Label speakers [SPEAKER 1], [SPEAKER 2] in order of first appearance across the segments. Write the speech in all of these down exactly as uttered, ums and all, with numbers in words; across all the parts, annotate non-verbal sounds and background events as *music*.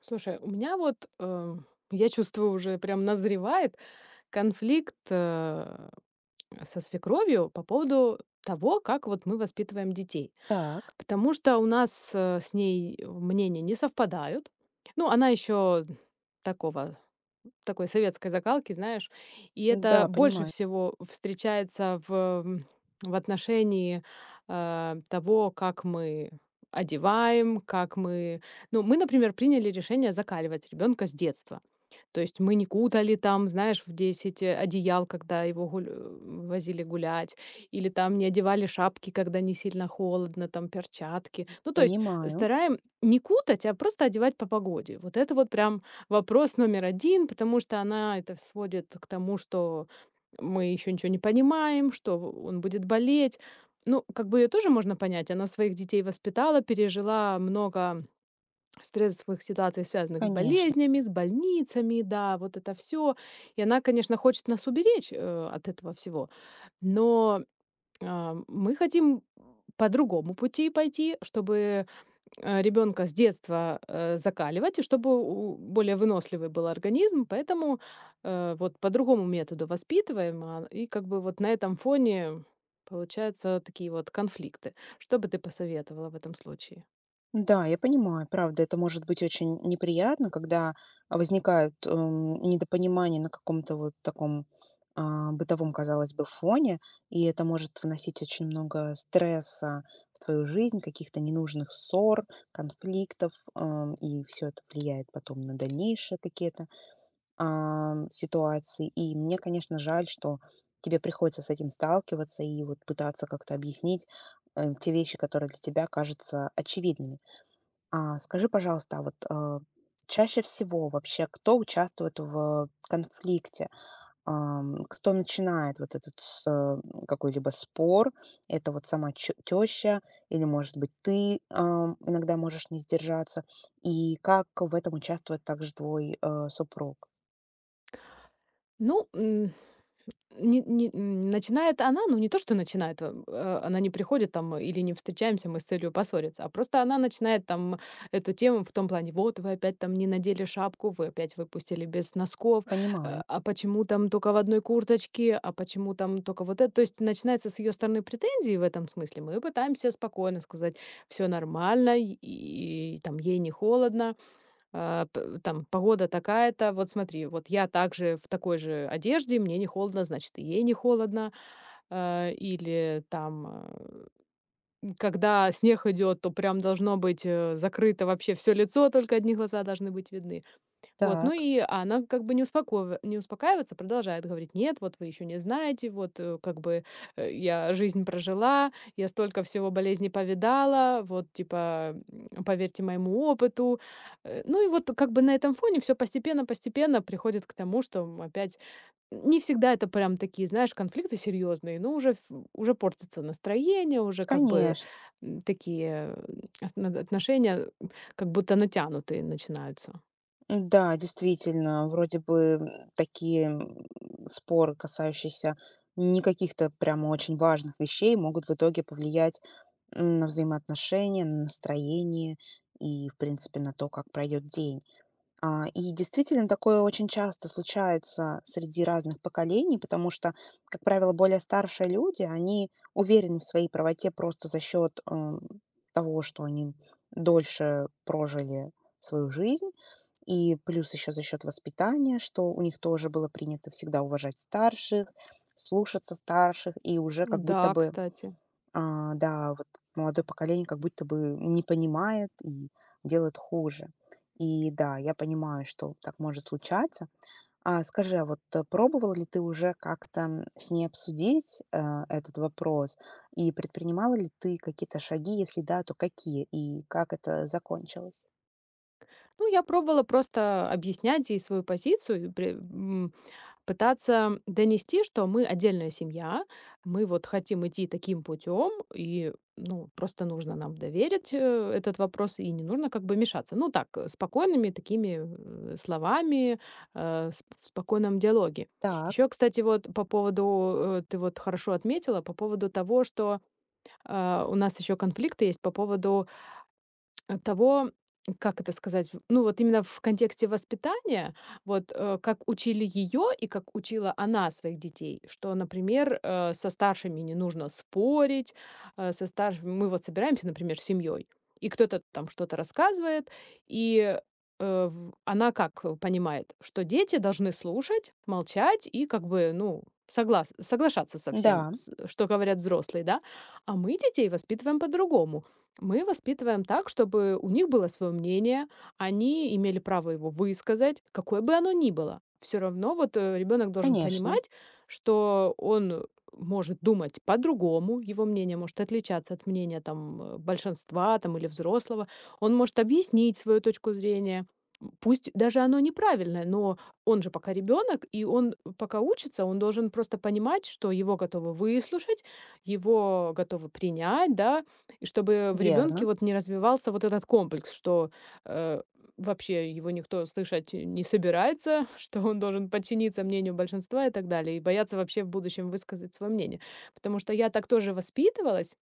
[SPEAKER 1] Слушай, у меня вот, э, я чувствую, уже прям назревает конфликт, э, со свекровью по поводу того, как вот мы воспитываем детей.
[SPEAKER 2] Так,
[SPEAKER 1] Потому что у нас, э, с ней мнения не совпадают. Ну, она еще такого такой советской закалки, знаешь. И это
[SPEAKER 2] да,
[SPEAKER 1] больше
[SPEAKER 2] понимаю,
[SPEAKER 1] всего встречается в, м, в отношении э, того, как мы одеваем, как мы. Ну, мы, например, приняли решение закаливать ребенка с детства. То есть мы не кутали там, знаешь, в десять э, одеял, когда его гуль- э, возили гулять, или там не одевали шапки, когда не сильно холодно, там перчатки. Ну, то есть
[SPEAKER 2] понимаю,
[SPEAKER 1] стараем не кутать, а просто одевать по погоде. Вот это вот прям вопрос номер один, потому что она это сводит к тому, что мы еще ничего не понимаем, что он будет болеть. Ну, как бы ее тоже можно понять. Она своих детей воспитала, пережила много стрессовых ситуаций, связанных с
[SPEAKER 2] конечно.
[SPEAKER 1] болезнями, с больницами, да, вот это все. И она, конечно, хочет нас уберечь э, от этого всего. Но а, мы хотим по другому пути пойти, чтобы э, ребёнка с детства э, закаливать, и чтобы у более выносливый был организм. Поэтому, э, вот по другому методу воспитываем, а, и как бы вот на этом фоне получаются такие вот конфликты. Что бы ты посоветовала в этом случае?
[SPEAKER 2] Да, я понимаю, правда, это может быть очень неприятно, когда возникают эм, недопонимания на каком-то вот таком а, бытовом, казалось бы, фоне, и это может вносить очень много стресса в твою жизнь, каких-то ненужных ссор, конфликтов, ам, и все это влияет потом на дальнейшие какие-то ам, ситуации. И мне, конечно, жаль, что тебе приходится с этим сталкиваться и вот пытаться как-то объяснить э, те вещи, которые для тебя кажутся очевидными. А скажи, пожалуйста, а вот э, чаще всего вообще кто участвует в конфликте? Ам, кто начинает вот этот с, э, какой-либо спор? Это вот сама чё- теща или, может быть, ты ам, иногда можешь не сдержаться? И как в этом участвует также твой э, супруг?
[SPEAKER 1] Ну, м, Не не м, начинает она, ну, не то, что начинает, э, э, она не приходит там э, или не встречаемся мы с целью поссориться, а просто она начинает там э, эту тему в том плане: "Вот вы опять там не надели шапку, вы опять выпустили без носков, э,
[SPEAKER 2] Понимаю.
[SPEAKER 1] а почему там только в одной курточке, а почему там только вот это?" То есть начинается с ее стороны претензии в этом смысле. Мы пытаемся спокойно сказать: "все нормально", и и там ей не холодно, а, п там погода такая-то, вот смотри, вот я также в такой же одежде, мне не холодно, значит, и ей не холодно. А, или там, а, м, когда снег идет, то прям должно быть э, закрыто вообще все лицо, только одни глаза должны быть видны. Вот, ну
[SPEAKER 2] Так,
[SPEAKER 1] и она как бы не успокоив не успокаивается, продолжает говорить: "Нет, вот вы еще не знаете, вот, э, как бы, э, я жизнь прожила, я столько всего болезней повидала, вот, типа, м, поверьте моему опыту". Э, ну и вот как бы на этом фоне все постепенно-постепенно приходит к тому, что, м, опять не всегда это прям такие, знаешь, конфликты серьезные, но уже ф уже портится настроение, уже как бы,
[SPEAKER 2] конечно.
[SPEAKER 1] м, такие, м, осно отношения, как будто натянутые начинаются.
[SPEAKER 2] Да, действительно, вроде бы м, такие м, споры, касающиеся не каких-то прямо очень важных вещей, могут в итоге повлиять м, на взаимоотношения, на настроение и, в принципе, на то, как пройдет день. А, и действительно, такое очень часто случается среди разных поколений, потому что, как правило, более старшие люди, они уверены в своей правоте просто за счет ам, того, что они дольше прожили свою жизнь, и плюс еще за счет воспитания, что у них тоже было принято всегда уважать старших, слушаться старших, и уже
[SPEAKER 1] Ну
[SPEAKER 2] как будто
[SPEAKER 1] да,
[SPEAKER 2] бы
[SPEAKER 1] кстати.
[SPEAKER 2] а, да, вот молодое поколение как будто бы не понимает и делает хуже. И да, я понимаю, что так может случаться. А скажи, а вот э, пробовала ли ты уже как-то м, с ней обсудить э, этот вопрос? И предпринимала ли ты какие-то шаги? Если да, то какие? И как это закончилось?
[SPEAKER 1] Ну, я пробовала просто объяснять ей свою позицию, и при- м, пытаться донести, что мы отдельная семья, мы вот хотим идти таким путем, и, ну, просто нужно нам доверить э, этот вопрос, и не нужно как бы мешаться. Ну так, э, спокойными такими э, словами, э, с- в спокойном диалоге.
[SPEAKER 2] Так,
[SPEAKER 1] Еще, кстати, вот по поводу, э, ты вот хорошо отметила, по поводу того, что э, у нас еще конфликты есть по поводу. От того, как это сказать, в ну, вот именно в контексте воспитания, вот, э, как учили ее и как учила она своих детей, что, например, э, со старшими не нужно спорить, э, со старшими мы вот собираемся, например, с семьей и кто-то там что-то рассказывает, и, э, в она как э, понимает, что дети должны слушать, молчать и как бы, ну, соглас соглашаться со всем,
[SPEAKER 2] да,
[SPEAKER 1] с что говорят взрослые, да, а мы детей воспитываем по-другому. Мы воспитываем так, чтобы у них было свое мнение, они имели право его высказать, какое бы оно ни было. Все равно вот ребенок должен
[SPEAKER 2] конечно,
[SPEAKER 1] понимать, что он может думать по-другому, его мнение может отличаться от мнения там э, большинства там или взрослого, он может объяснить свою точку зрения, м, пусть даже оно неправильное, но он же пока ребенок, и он пока учится, он должен просто понимать, что его готовы выслушать, его готовы принять, да, и чтобы в ребенке
[SPEAKER 2] верно.
[SPEAKER 1] вот не развивался вот этот комплекс, что, э, вообще его никто слышать не собирается, *laughs* что он должен подчиниться мнению большинства и так далее, и бояться вообще в будущем высказать свое мнение. Потому что я так тоже воспитывалась.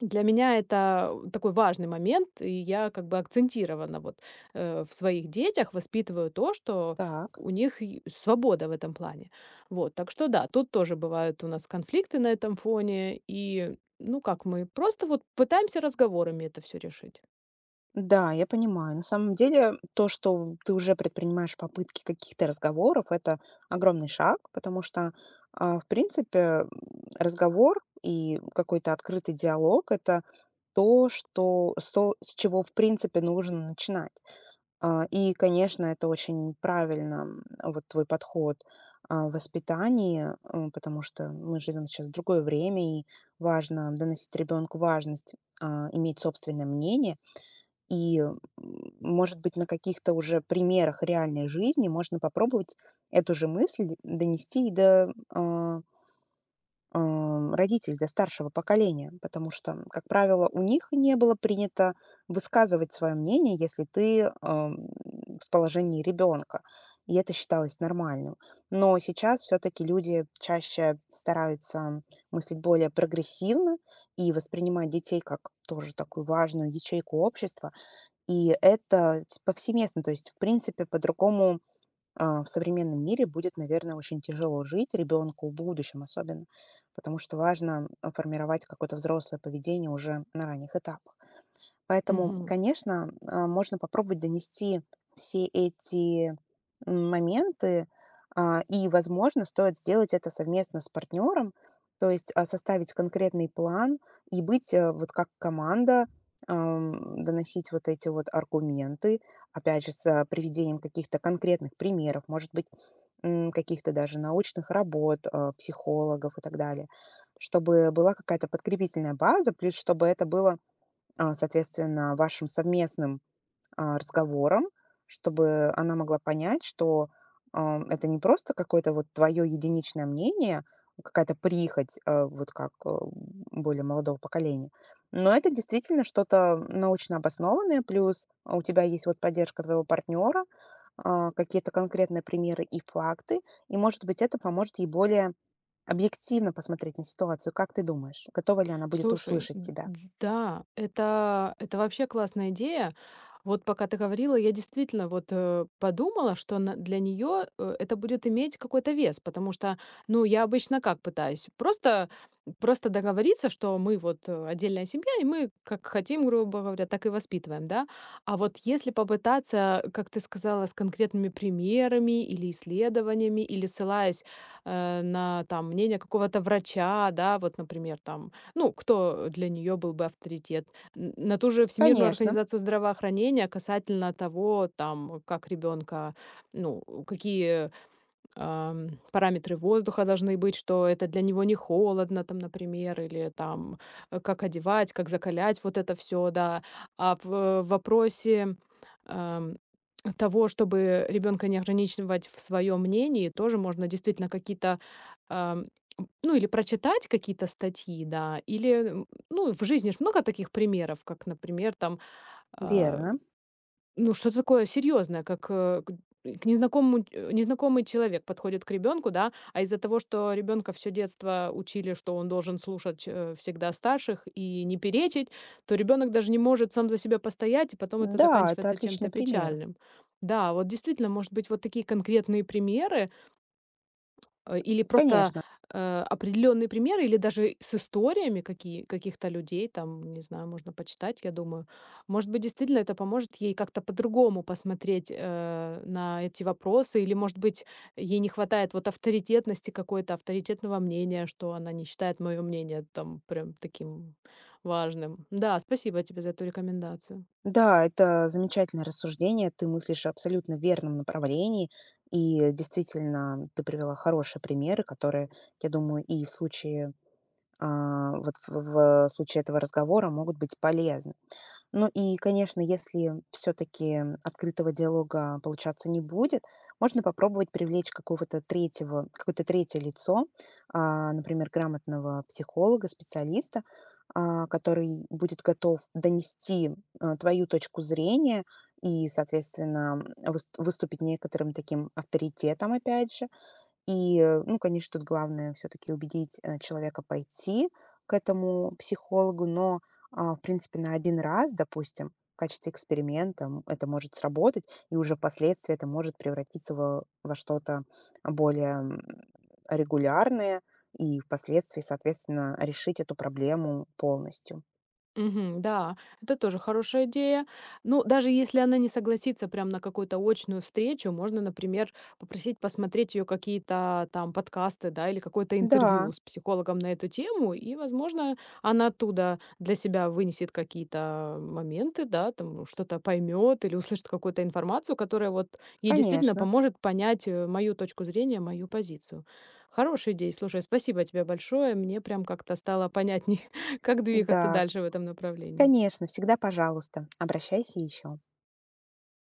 [SPEAKER 1] Для меня это э, такой важный момент, и я как бы акцентированно вот, э, в своих детях воспитываю то, что
[SPEAKER 2] Так.
[SPEAKER 1] у них и свобода в этом плане. Вот, так что да, тут тоже бывают у нас конфликты на этом фоне, и, ну, как мы просто вот пытаемся разговорами это все решить.
[SPEAKER 2] Да, я понимаю. На самом деле, то, что ты уже предпринимаешь попытки каких-то разговоров, это огромный шаг, потому что, а, в принципе, м, разговор и какой-то открытый диалог– это то, что, со- с чего, в принципе, нужно начинать. А, И, конечно, это очень правильно, м, вот твой подход а, в воспитании, м, потому что мы живем сейчас в другое время, и важно доносить ребенку важность а, иметь собственное мнение, и, м, может быть, на каких-то уже примерах реальной жизни можно попробовать эту же мысль донести и до, а, а, родителей, до старшего поколения. Потому что, как правило, у них не было принято высказывать свое мнение, если ты, ам, в положении ребенка, и это считалось нормальным. Но сейчас все-таки люди чаще стараются мыслить более прогрессивно и воспринимать детей как тоже такую важную ячейку общества, и это с повсеместно. То есть, в принципе, по-другому, а, в современном мире будет, наверное, очень тяжело жить ребенку в будущем особенно, потому что важно, а, формировать какое-то взрослое поведение уже на ранних этапах. Поэтому, конечно, а, можно попробовать донести все эти м, моменты, а, и, возможно, стоит сделать это совместно с партнером, то есть а, составить конкретный план и быть э, вот как команда, ам, доносить вот эти вот аргументы, опять же, с а, приведением каких-то конкретных примеров, может быть, м, каких-то даже научных работ, а, психологов и так далее, чтобы была какая-то подкрепительная база, плюс чтобы это было а, соответственно, вашим совместным, а, разговором, чтобы она могла понять, что, ам, это не просто какое-то вот твое единичное мнение, какая-то прихоть, э, вот как, э, более молодого поколения, но это действительно что-то научно обоснованное, плюс у тебя есть вот поддержка твоего партнера, а, какие-то конкретные примеры и факты, и, может быть, это поможет ей более объективно посмотреть на ситуацию. Как ты думаешь, готова ли она будет
[SPEAKER 1] Слушай,
[SPEAKER 2] услышать
[SPEAKER 1] д
[SPEAKER 2] тебя?
[SPEAKER 1] да, это это вообще классная идея. Вот пока ты говорила, я действительно вот, э, подумала, что на для нее это будет иметь какой-то вес, потому что, ну, я обычно как пытаюсь? Просто просто договориться, что мы вот, э, отдельная семья, и мы как хотим, грубо говоря, так и воспитываем, да. А вот если попытаться, как ты сказала, с конкретными примерами или исследованиями, или ссылаясь, э, на там мнение какого-то врача, да, вот, например, там, ну, кто для нее был бы авторитет? Н- На ту же Всемирную
[SPEAKER 2] Конечно,
[SPEAKER 1] организацию здравоохранения касательно того, там, как ребенка, ну, какие ам, параметры воздуха должны быть, что это для него не холодно, там, например, или там э, как одевать, как закалять, вот это все, да. А в вопросе ам, того, чтобы ребенка не ограничивать в своем мнении, тоже можно действительно какие-то, ам, ну, или прочитать какие-то статьи, да, или, м, ну, в жизни ж много таких примеров, как, например, там, а,
[SPEAKER 2] верно.
[SPEAKER 1] ну, что-то такое серьезное, как, э, к э, к незнакомому э, незнакомый человек подходит к ребенку, да, а из-за того, что ребенка все детство учили, что он должен слушать э, всегда старших и не перечить, то ребенок даже не может сам за себя постоять, и потом это
[SPEAKER 2] Да, это
[SPEAKER 1] заканчивается
[SPEAKER 2] отличный
[SPEAKER 1] чем-то
[SPEAKER 2] пример.
[SPEAKER 1] печальным. Да, вот действительно, может быть, вот такие конкретные примеры, Э, или просто,
[SPEAKER 2] Конечно.
[SPEAKER 1] э, определённые примеры, или даже с историями какие каких-то людей, там, не знаю, можно почитать, я думаю. Может быть, действительно это поможет ей как-то по-другому посмотреть, э, на эти вопросы, или, может быть, ей не хватает вот авторитетности какой-то, авторитетного мнения, что она не считает мое мнение там прям таким важным. Да, спасибо тебе за эту рекомендацию.
[SPEAKER 2] Да, это замечательное рассуждение. Ты мыслишь абсолютно в верном направлении. И действительно, ты привела хорошие примеры, которые, я думаю, и в случае а, вот в, в случае этого разговора могут быть полезны. Ну и, конечно, если все-таки открытого диалога получаться не будет, можно попробовать привлечь какого-то третьего, какое-то третье лицо, а, например, грамотного психолога, специалиста, а, который будет готов донести а, твою точку зрения и, соответственно, выс- выступить некоторым таким авторитетом, опять же. И, э, ну, конечно, тут главное все-таки убедить э, человека пойти к этому психологу, но, а, в принципе, на один раз, допустим, в качестве эксперимента м, это может сработать, и уже впоследствии это может превратиться во, во что-то более м, регулярное, и впоследствии, соответственно, решить эту проблему полностью.
[SPEAKER 1] Мгм. Да, это тоже хорошая идея. Ну, даже если она не согласится прям на какую-то очную встречу, можно, например, попросить посмотреть ее какие-то там подкасты, да, или какое-то
[SPEAKER 2] Да,
[SPEAKER 1] интервью с психологом на эту тему, и, возможно, она оттуда для себя вынесет какие-то моменты, да, там что-то поймет или услышит какую-то информацию, которая вот ей действительно
[SPEAKER 2] конечно,
[SPEAKER 1] поможет понять э, мою точку зрения, мою позицию. Хорошая идея. Слушай, спасибо тебе большое. Мне прям как-то стало понятнее, как двигаться
[SPEAKER 2] да,
[SPEAKER 1] дальше в этом направлении?
[SPEAKER 2] конечно, всегда пожалуйста, обращайся еще.